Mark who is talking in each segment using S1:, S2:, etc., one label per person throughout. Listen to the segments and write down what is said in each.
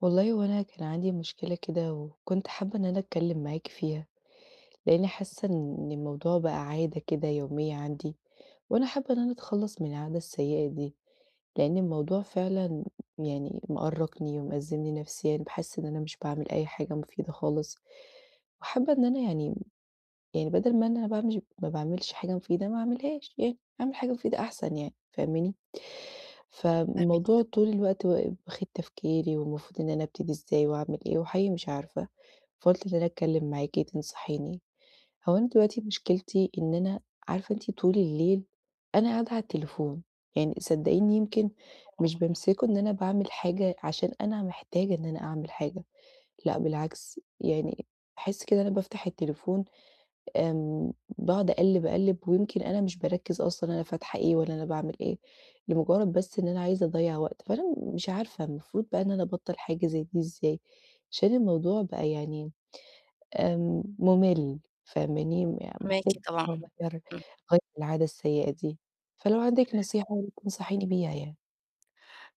S1: والله هو أنا كان عندي مشكلة كده وكنت حابة إن أنا أتكلم معاكِ فيها، لإني حاسة إن الموضوع بقى عادة كده يومية عندي، وأنا حابة إن أنا أتخلّص من العادة السيئة دي، لإن الموضوع فعلًا يعني مأرّقني ومأزّمني نفسيًا، باحس إن أنا مش باعمل أي حاجة مفيدة خالص، وحابة إن أنا يعني بدل ما أنا ما باعملش حاجة مفيدة ما أعملهاش يعني، أعمل حاجة مفيدة أحسن يعني، فاهماني؟ فالموضوع
S2: فاهماكِ،
S1: طول الوقت و واخد تفكيري، والمفروض إن أنا أبتدي إزاي وأعمل إيه، وحقيقي مش عارفة، فقُلت إن أنا أتكلم معاكِ تنصحيني. هو أنا دلوقتي مشكلتي إن أنا عارفة أنتِ طول الليل أنا قاعدة على التليفون، يعني صدقيني يمكن مش بامسكه إن أنا باعمل حاجة عشان أنا محتاجة إن أنا أعمل حاجة، لأ بالعكس، يعني باحس كده أنا بافتح التليفون آمم، باقعد أقلِّب، أقلِّب ويمكن أنا مش باركِّز أصلًا أنا فاتحة إيه والّا أنا باعمل إيه، لمجرد بس إن أنا عايزة أضيّع وقت، فأنا مش عارفة المفروض بقى إن أنا أبطّل حاجة زي دي إزاي، عشان الموضوع بقى يعني مُمِل فاهماني، يعني
S2: فاهماكِ
S1: محتاج
S2: طبعًا،
S1: أغيّر
S2: إمم،
S1: أغيّر العادة السيئة دي، فلو عندِك نصيحة ياريت تنصحيني بيها يعني.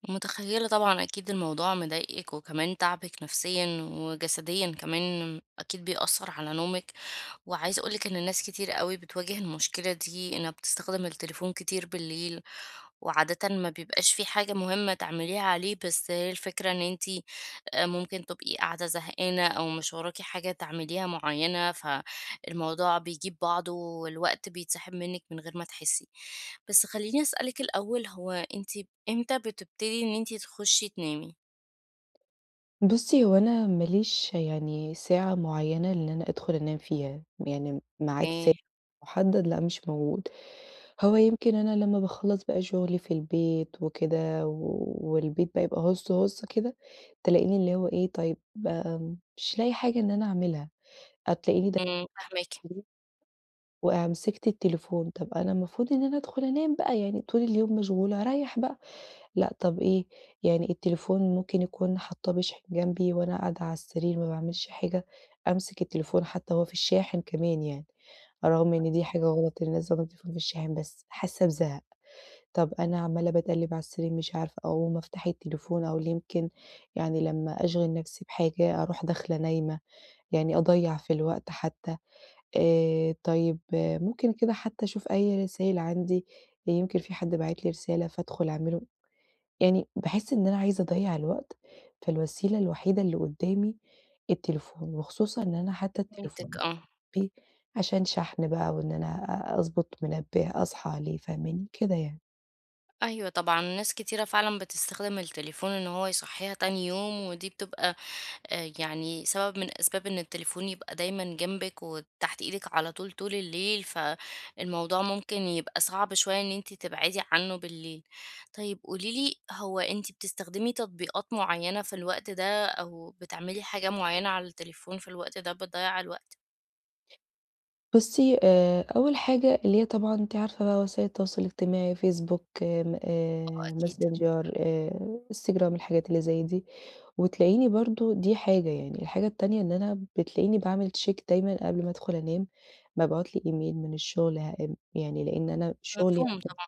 S2: متخيلة طبعًا أكيد الموضوع مضايقِك، وكمان تعبِك نفسيًا وجسديًا كمان أكيد بيأثّر على نومِك، وعايزة أقول لِك إن ناس كتير أوي بتواجه المشكلة دي، إنها بتستخدم التليفون كتير بالليل، وعادةً ما بيبقاش في حاجة مهمة تعمليها عليه، بس هي الفكرة إن أنتِ ممكن تبقي قاعدة زهقانة أو مش وراكِ حاجة تعمليها معيّنة، فالموضوع بيجيب بعضه والوقت بيتسحب منِّك من غير ما تحسي. بس خلّيني أسألِك الأول هو أنتِ إمتى بتبتدي إن أنتِ تخشي تنامي؟
S1: بُصّي، هو أنا ما ليش يعني ساعة معيّنة إن أنا أدخُل أنام فيها، يعني ميعاد ثابت
S2: إيه،
S1: محدد لأ مش موجود. هو يمكن أنا لمّا باخلّص بقى شغلي في البيت وكده، والبيت بقى يبقى هُص، هُص كده، تلاقيني اللي هو إيه، طيب، مش لاقي حاجة إن أنا أعملها، هتلاقيني
S2: إمم، فاهماكِ،
S1: دخلت وأمسكت التليفون، طب أنا المفروض إن أنا أدخل أنام بقى، يعني طول اليوم مشغولة أريّح بقى، لأ طب إيه، يعني التليفون ممكن يكون حاطاه بيشحن جنبي وأنا قاعدة على السرير ما باعملش حاجة، أمسك التليفون حتى هو في الشاحن كمان يعني، رغم إن دي حاجة غلط، الناس بتاخد التليفون في الشاحن، بس حاسة بزهق. طَب أنا عمّالة باتقلِّب على السرير مش عارفة أقوم أفتح التليفون أو يمكن يعني لمّا أشغِل نَفْسي بحاجة أروح داخلة نايمة، يعني أضيّع في الوقت حتّى. طيب، ممكن كده حتّى أشوف أي رسايل عندي، يمكن في حد باعت لي رسالة فأدخُل أعمله يعني باحس إن أنا عايزة أضيّع الوقت، فالوسيلة الوحيدة اللي قُدّامي التليفون، وخصوصًا إن أنا حتّى
S2: فهمتِك
S1: التليفون
S2: آه.
S1: بي عشان شحن بقى وإن أنا أضبط منبه أصحى عليه، فاهماني؟ كده يعني.
S2: أيوه طبعًا، ناس كتيرة فعلًا بتستخدم التليفون إن هو يصحّيها تاني يوم ودي بتبقى يعني سبب من أسباب إن التليفون يبقى دايمًا جنبِك وتحت إيدِك على طول طول الليل، فالموضوع ممكن يبقى صعب شوية إن أنتِ تبعدي عنه بالليل. طيب قولي لي، هو أنتِ بتستخدمي تطبيقات معيّنة في الوقت ده أو بتعملي حاجة معيّنة على التليفون في الوقت ده بتضيّع الوقت؟
S1: بُصّي، أول حاجة اللي هي طبعًا أنتِ عارفة بقى وسائل التواصل الاجتماعي، فيسبوك، آمم،
S2: آه أكيد،
S1: ماسنجر، إنستجرام، الحاجات اللي زي دي، وتلاقيني برضه دي حاجة يعني، الحاجة التانية إن أنا بتلاقيني باعمل check دايمًا قبل ما أدخل أنام، بابعت لي إيميل من الشغل يعني لإن أنا شغلي
S2: مفهوم طبعًا،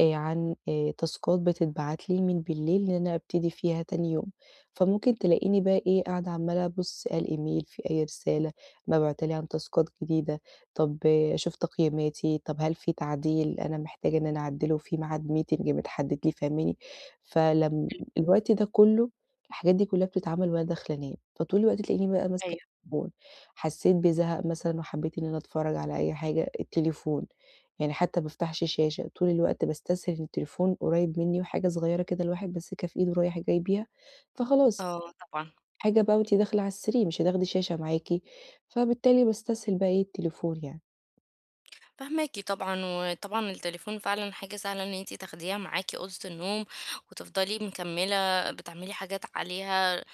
S1: عن تاسكات بتتبعت لي من بالليل إن أنا أبتدي فيها تاني يوم، فممكن تلاقيني بقى إيه، قاعدة عمّالة أبُص على الإيميل في أي رسالة مبعوتة لي عن تاسكات جديدة، طب، أشوف تقييماتي، طب هل في تعديل أنا محتاجة إن أنا أعدّله، في ميعاد meeting متحدد لي فاهماني؟ فلم
S2: حلو،
S1: الوقت ده كُلّه الحاجات دي كُلّها بتتعمل وأنا داخلة أنام، فطول الوقت تلاقيني بقى ماسكة
S2: أيوه،
S1: التليفون، حسّيت بزهق مثلًا وحبّيت إن أنا أتفرّج على أي حاجة، التليفون. يعني حتى ما بافتحش شاشة، طول الوقت باستسهل التليفون قريب منّي وحاجة صغيّرة كده الواحد ماسكها في إيده رايح جاي بيها، فخلاص
S2: آه طبعًا،
S1: حاجة بقى وأنتِ داخلة على السرير مش هتاخدي شاشة معاكِ، فبالتالي باستسهل بقى إيه التليفون يعني.
S2: فاهماكِ طبعًا، وطبعًا التليفون فعلًا حاجة سهلة إن أنتِ تاخديها معاكِ أوضة النوم وتفضلي مكمّلة بتعملي حاجات عليها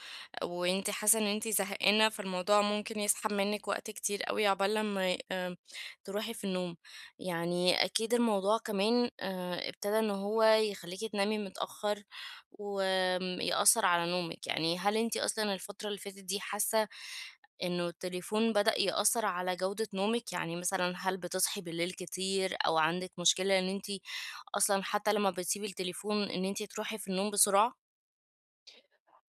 S2: وأنتِ حاسة إن أنتِ زهقانة، فالموضوع ممكن يسحب منِّك وقت كتير أوي عقبال لمّا تروحي في النوم. يعني أكيد الموضوع كمان ابتدى إن هو يخلّيكِ تنامي متأخّر وآمم يأثّر على نومِك. يعني هل أنتِ أصلًا الفترة اللي فاتت دي حاسة إنه التليفون بدأ يأثّر على جودة نومِك؟ يعني مثلًا هل بتصحي بالليل كتير أو عندِك مشكلة إن أنتِ أصلًا حتى لمّا بتسيبي التليفون إن أنتِ تروحي في النوم بسرعة؟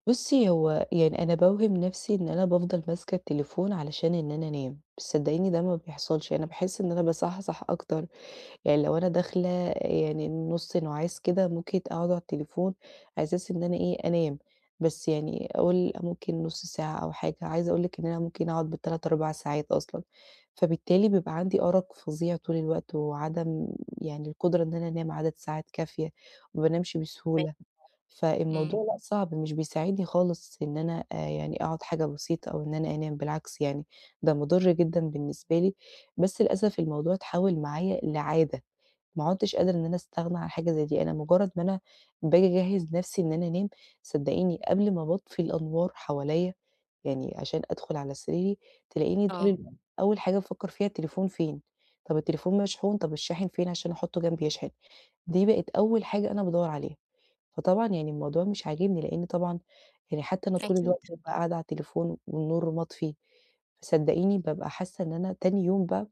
S1: بُصّي هو يعني أنا باوهم نفْسي إن أنا بافضل ماسكة التليفون علشان إن أنا أنام، بس صدّقيني ده ما بيحصلش، أنا باحس إن أنا باصحصح أكتر. يعني لو أنا داخلة يعني نُص نُعاس كده ممكن أقعد على التليفون على أساس إن أنا إيه، أنام، بس يعني أقول ممكن نُص ساعة أو حاجة، عايزة أقول لِك إن أنا ممكن أقعد بال3، 4 ساعات أصلًا، فبالتالي بيبقى عندي أرق فظيع طول الوقت وعدم يعني القدرة إن أنا أنام عدد ساعات كافية، ما بانامش
S2: فاهماكِ.
S1: بسهولة،
S2: إمم،
S1: فالموضوع لأ صعب مش بيساعدني خالص إن أنا يعني أقعد حاجة بسيطة أو إن أنا أنام، بالعكس يعني ده مُضر جدًا بالنسبة لي، بس للأسف الموضوع اتحوّل معايا لعادة. ما عُدتش قادرة إن أنا أستغنى عن حاجة زي دي، أنا مجرّد ما أنا باجي أجهّز نَفْسي إن أنا أنام، صدّقيني قبل ما باطفي الأنوار حواليّا، يعني عشان أدخُل على سريري، تلاقيني طول
S2: آه،
S1: اليوم أول حاجة بافكّر فيها التليفون فين، طَب التليفون مشحون، طَب الشاحن فين عشان أحُطّه جنبي يشحن، دي بقت أول حاجة أنا بادوّر عليها، فطبعًا يعني الموضوع مش عاجبني لإن طبعًا يعني حتّى أنا طول
S2: أكيد.
S1: الوقت بابقى قاعدة على التليفون والنور مطفي، فصدّقيني بابقى حاسّة إن أنا تاني يوم بقى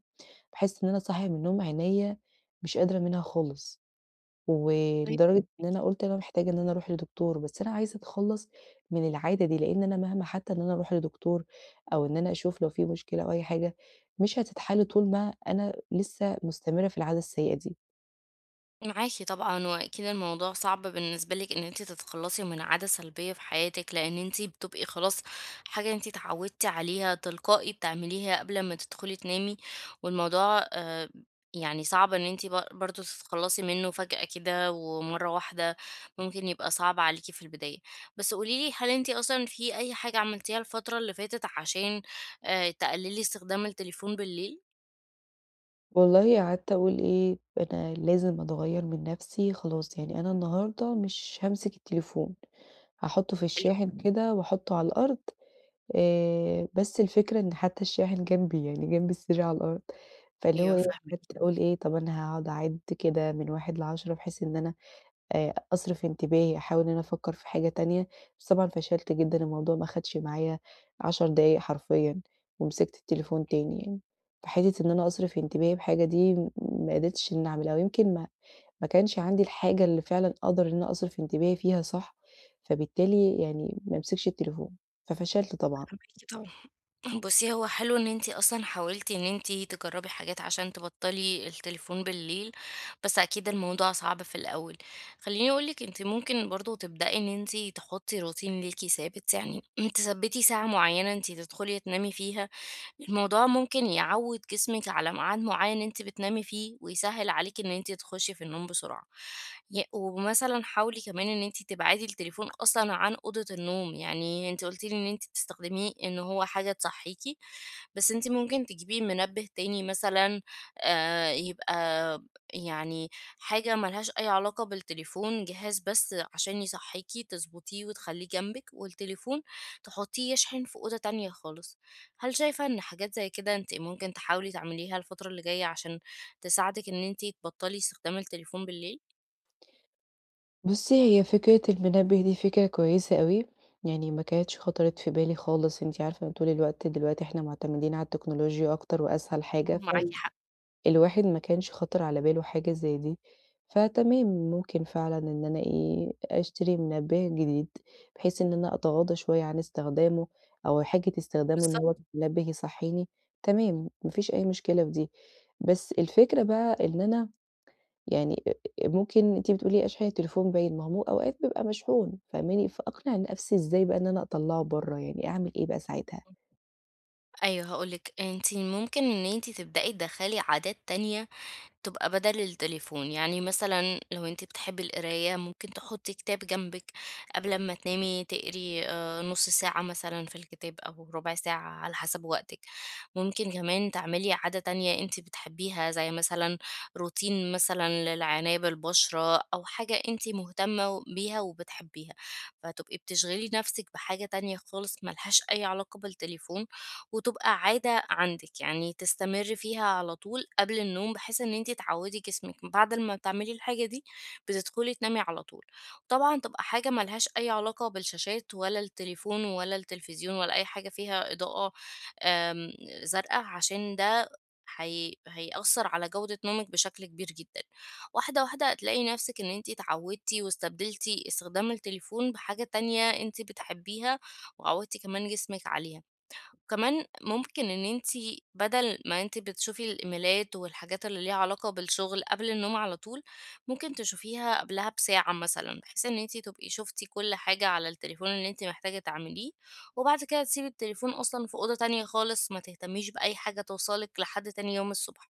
S1: باحس إن أنا صاحية من النوم عينيّا مش قادرة منها خالص، ولدرجة إن أنا قُلت أنا محتاجة إن أنا أروح لدكتور، بس أنا عايزة أتخلّص من العادة دي، لإن أنا مهما حتى إن أنا أروح لدكتور أو إن أنا أشوف لو في مشكلة أو أي حاجة، مش هتتحل طول ما أنا لسه مستمرة في العادة السيئة دي.
S2: معاكِ طبعًا، وأكيد الموضوع صعب بالنسبة لِك إن أنتِ تتخلّصي من عادة سلبية في حياتِك، لإن أنتِ بتبقي خلاص حاجة أنتِ اتعودتِ عليها تلقائي بتعمليها قبل ما تدخلي تنامي، والموضوع يعني صعب إن أنتِ برضه تتخلّصي منه فجأة كده ومرّة واحدة، ممكن يبقى صعب عليكِ في البداية. بس قولي لي هل أنتِ أصلًا في أي حاجة عملتيها الفترة اللي فاتت عشان تقلّلي استخدام التليفون بالليل؟
S1: والله قعدت أقول إيه، أنا لازم أتغيّر من نَفْسي خلاص، يعني أنا النهارده مش هامسك التليفون، هاحطه في
S2: حلو،
S1: الشاحن كده وأحطه على الأرض، بس الفكرة إن حتى الشاحن جنبي، يعني جنب السرير على الأرض، فاللي هو
S2: أيوه
S1: إيه،
S2: فاهماكِ،
S1: قعدت أقول إيه، طَب أنا هاقعد أعِد كده من 1 ل10 بحيث إن أنا، أصرف انتباهي، أحاول إن أنا أفكّر في حاجة تانية، بس طبعًا فشلت جدًا، الموضوع ما خدش معايا 10 دقايق حرفيًا، ومسكت التليفون تاني يعني، فحتّة إن أنا أصرف انتباهي بحاجة دي ما قدرتش إن أنا أعملها، ويمكن ما كانش عندي الحاجة اللي فعلًا أقدر إن أنا أصرف انتباهي فيها صح، فبالتالي يعني ما امسكش التليفون، ففشلت طبعًا.
S2: فاهماكِ طبعًا. بُصّي، هو حلو إن أنتِ أصلًا حاولتِ إن أنتِ تجرّبي حاجات عشان تبطّلي التليفون بالليل، بس أكيد الموضوع صعب في الأول. خلّيني أقول لِك أنتِ ممكن برضه تبدئي إن أنتِ تحُطّي روتين ليكِ ثابت، يعني تثبّتي ساعة معيّنة أنتِ تدخُلي تنامي فيها الموضوع ممكن يعوِّد جسمِك على ميعاد معيّن أنتِ بتنامي فيه، ويسهِّل عليكِ إن أنتِ تخشي في النوم بسرعة. ومثلًا حاولي كمان إن أنتِ تبعدي التليفون أصلًا عن أوضة النوم، يعني أنتِ قُلتِ لي إن أنتِ بتستخدميه إن هو حاجة تصحّيكِ، بس أنتِ ممكن تجيبي منبه تاني مثلًا يبقى يعني حاجة ما لهاش أي علاقة بالتليفون، جهاز بس عشان يصحّيكِ تضبطيه وتخلّيه جنبِك، والتليفون تحطّيه يشحن في أوضة تانية خالص. هل شايفة إن حاجات زي كده أنتِ ممكن تحاولي تعمليها الفترة اللي جاية عشان تساعدِك إن أنتِ تبطّلي استخدام التليفون بالليل؟
S1: بُصّي، هي فكرة المنبه دي فكرة كويسة أوي، يعني ما كانتش خطرت في بالي خالص، أنتِ عارفة ان طول الوقت دلوقتي إحنا معتمدين على التكنولوجيا أكتر وأسهل
S2: آه،
S1: حاجة،
S2: معاكِ حق،
S1: فالواحد ما كانش خاطر على باله حاجة زي دي، فتمام ممكن فعلًا إن أنا إيه، أشتري منبه جديد، بحيث إن أنا أتغاضى شوية عن استخدامه أو حاجة استخدامه إن هو
S2: بالضبط.
S1: منبه يصحيني، تمام ما فيش أي مشكلة في دي، بس الفكرة بقى إن أنا يعني أ أ ممكن أنتِ بتقولي أشحن التليفون باين، ما هو أوقات بيبقى مشحون فاهماني، فأقنع نفسي إزاي بقى إن أنا أطلّعه برّه، يعني أعمل إيه بقى ساعتها؟
S2: أيوه هاقول لِك، أنتِ ممكن إن أنتِ تبدئي تدخّلي عادات تانية تبقى بدل التليفون يعني مثلا لو انت بتحبي القراية ممكن تحطي كتاب جنبك قبل ما تنامي تقري آه، نص ساعة مثلا في الكتاب أو ربع ساعة على حسب وقتك ممكن كمان تعملي عادة تانية انت بتحبيها زي مثلا روتين مثلا للعناية بالبشرة أو حاجة انت مهتمة بيها وبتحبيها فتبقي بتشغلي نفسك بحاجة تانية خالص ملهاش أي علاقة بالتليفون وتبقى عادة عندِك، يعني تستمري فيها على طول قبل النوم بحيث إن أنتِ تعودي جسمِك، بعد ما بتعملي الحاجة دي بتدخلي تنامي على طول. طبعًا تبقى حاجة ما لهاش أي علاقة بالشاشات ولا التليفون ولا التلفزيون ولا أي حاجة فيها إضاءة آمم زرقا، عشان ده هي هيأثّر على جودة نومِك بشكل كبير جدًا. واحدة، واحدة هتلاقي نفسِك إن أنتِ اتعودتِ واستبدلتِ استخدام التليفون بحاجة تانية أنتِ بتحبيها وعودتِ كمان جسمِك عليها. كمان ممكن إن أنتِ بدل ما أنتِ بتشوفي الإيميلات والحاجات اللي ليها علاقة بالشغل قبل النوم على طول، ممكن تشوفيها قبلها بساعة مثلًا، بحيث إن أنتِ تبقي شُفتِ كل حاجة على التليفون اللي أنتِ محتاجة تعمليه، وبعد كده تسيبي التليفون أصلًا في أوضة تانية خالص، ما تهتميش بأي حاجة توصلِك لحد تاني يوم الصبح.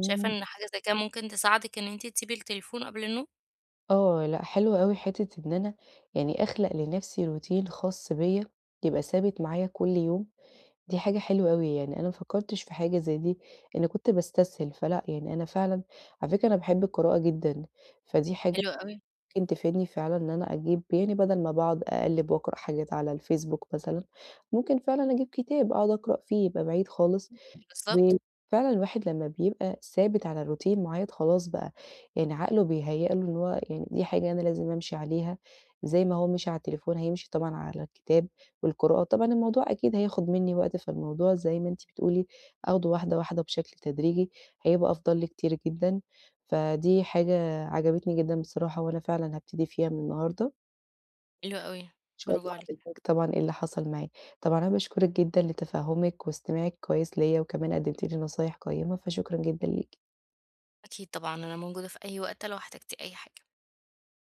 S2: شايفة إن حاجة زي كده ممكن تساعدِك إن أنتِ تسيبي التليفون قبل النوم؟
S1: آه، لأ حلو أوي حتّة إن أنا يعني أخلق لنفسي روتين خاص بيّا يبقى ثابت معايا كل يوم، دي حاجة حلوة أوي يعني، أنا ما فكّرتش في حاجة زي دي، أنا كنت باستسهل، فلأ يعني أنا فعلًا على فكرة أنا باحب القراءة جدًا، فدي حاجة
S2: حلو أوي،
S1: ممكن تفيدني فعلًا إن أنا أجيب يعني بدل ما باقعد أقلِّب وأقرأ حاجات على الفيسبوك مثلًا، ممكن فعلًا أجيب كتاب أقعد أقرأ فيه، يبقى بعيد خالص
S2: بالضبط،
S1: وفعلًا الواحد لمّا بيبقى ثابت على routine معيّن خلاص بقى، يعني عقله بيهيأ له إن هو يعني دي حاجة أنا لازم أمشي عليها، زي ما هو مشي على التليفون هيمشي طبعًا على الكتاب والقراءة، طبعًا الموضوع أكيد هياخد منّي وقت، فالموضوع زي ما أنتِ بتقولي آخده واحدة، واحدة بشكل تدريجي، هيبقى أفضل لي كتير جدًا، فدي حاجة عجبتني جدًا بصراحة وأنا فعلًا هابتدي فيها من النهارده.
S2: حلو أوي،
S1: إن شاء
S2: برافو
S1: الله هاحكي
S2: عليكِ.
S1: لِك طبعًا إيه اللي حصل معايا. طبعًا أنا باشكرِك جدًا لتفهُّمِك واستماعِك كويس ليّا، وكمان قدّمتِ لي نصايح قيّمة، فشكرًا جدًا ليكِ.
S2: أكيد طبعًا، أنا موجودة في أي وقت لو احتجتِ أي حاجة.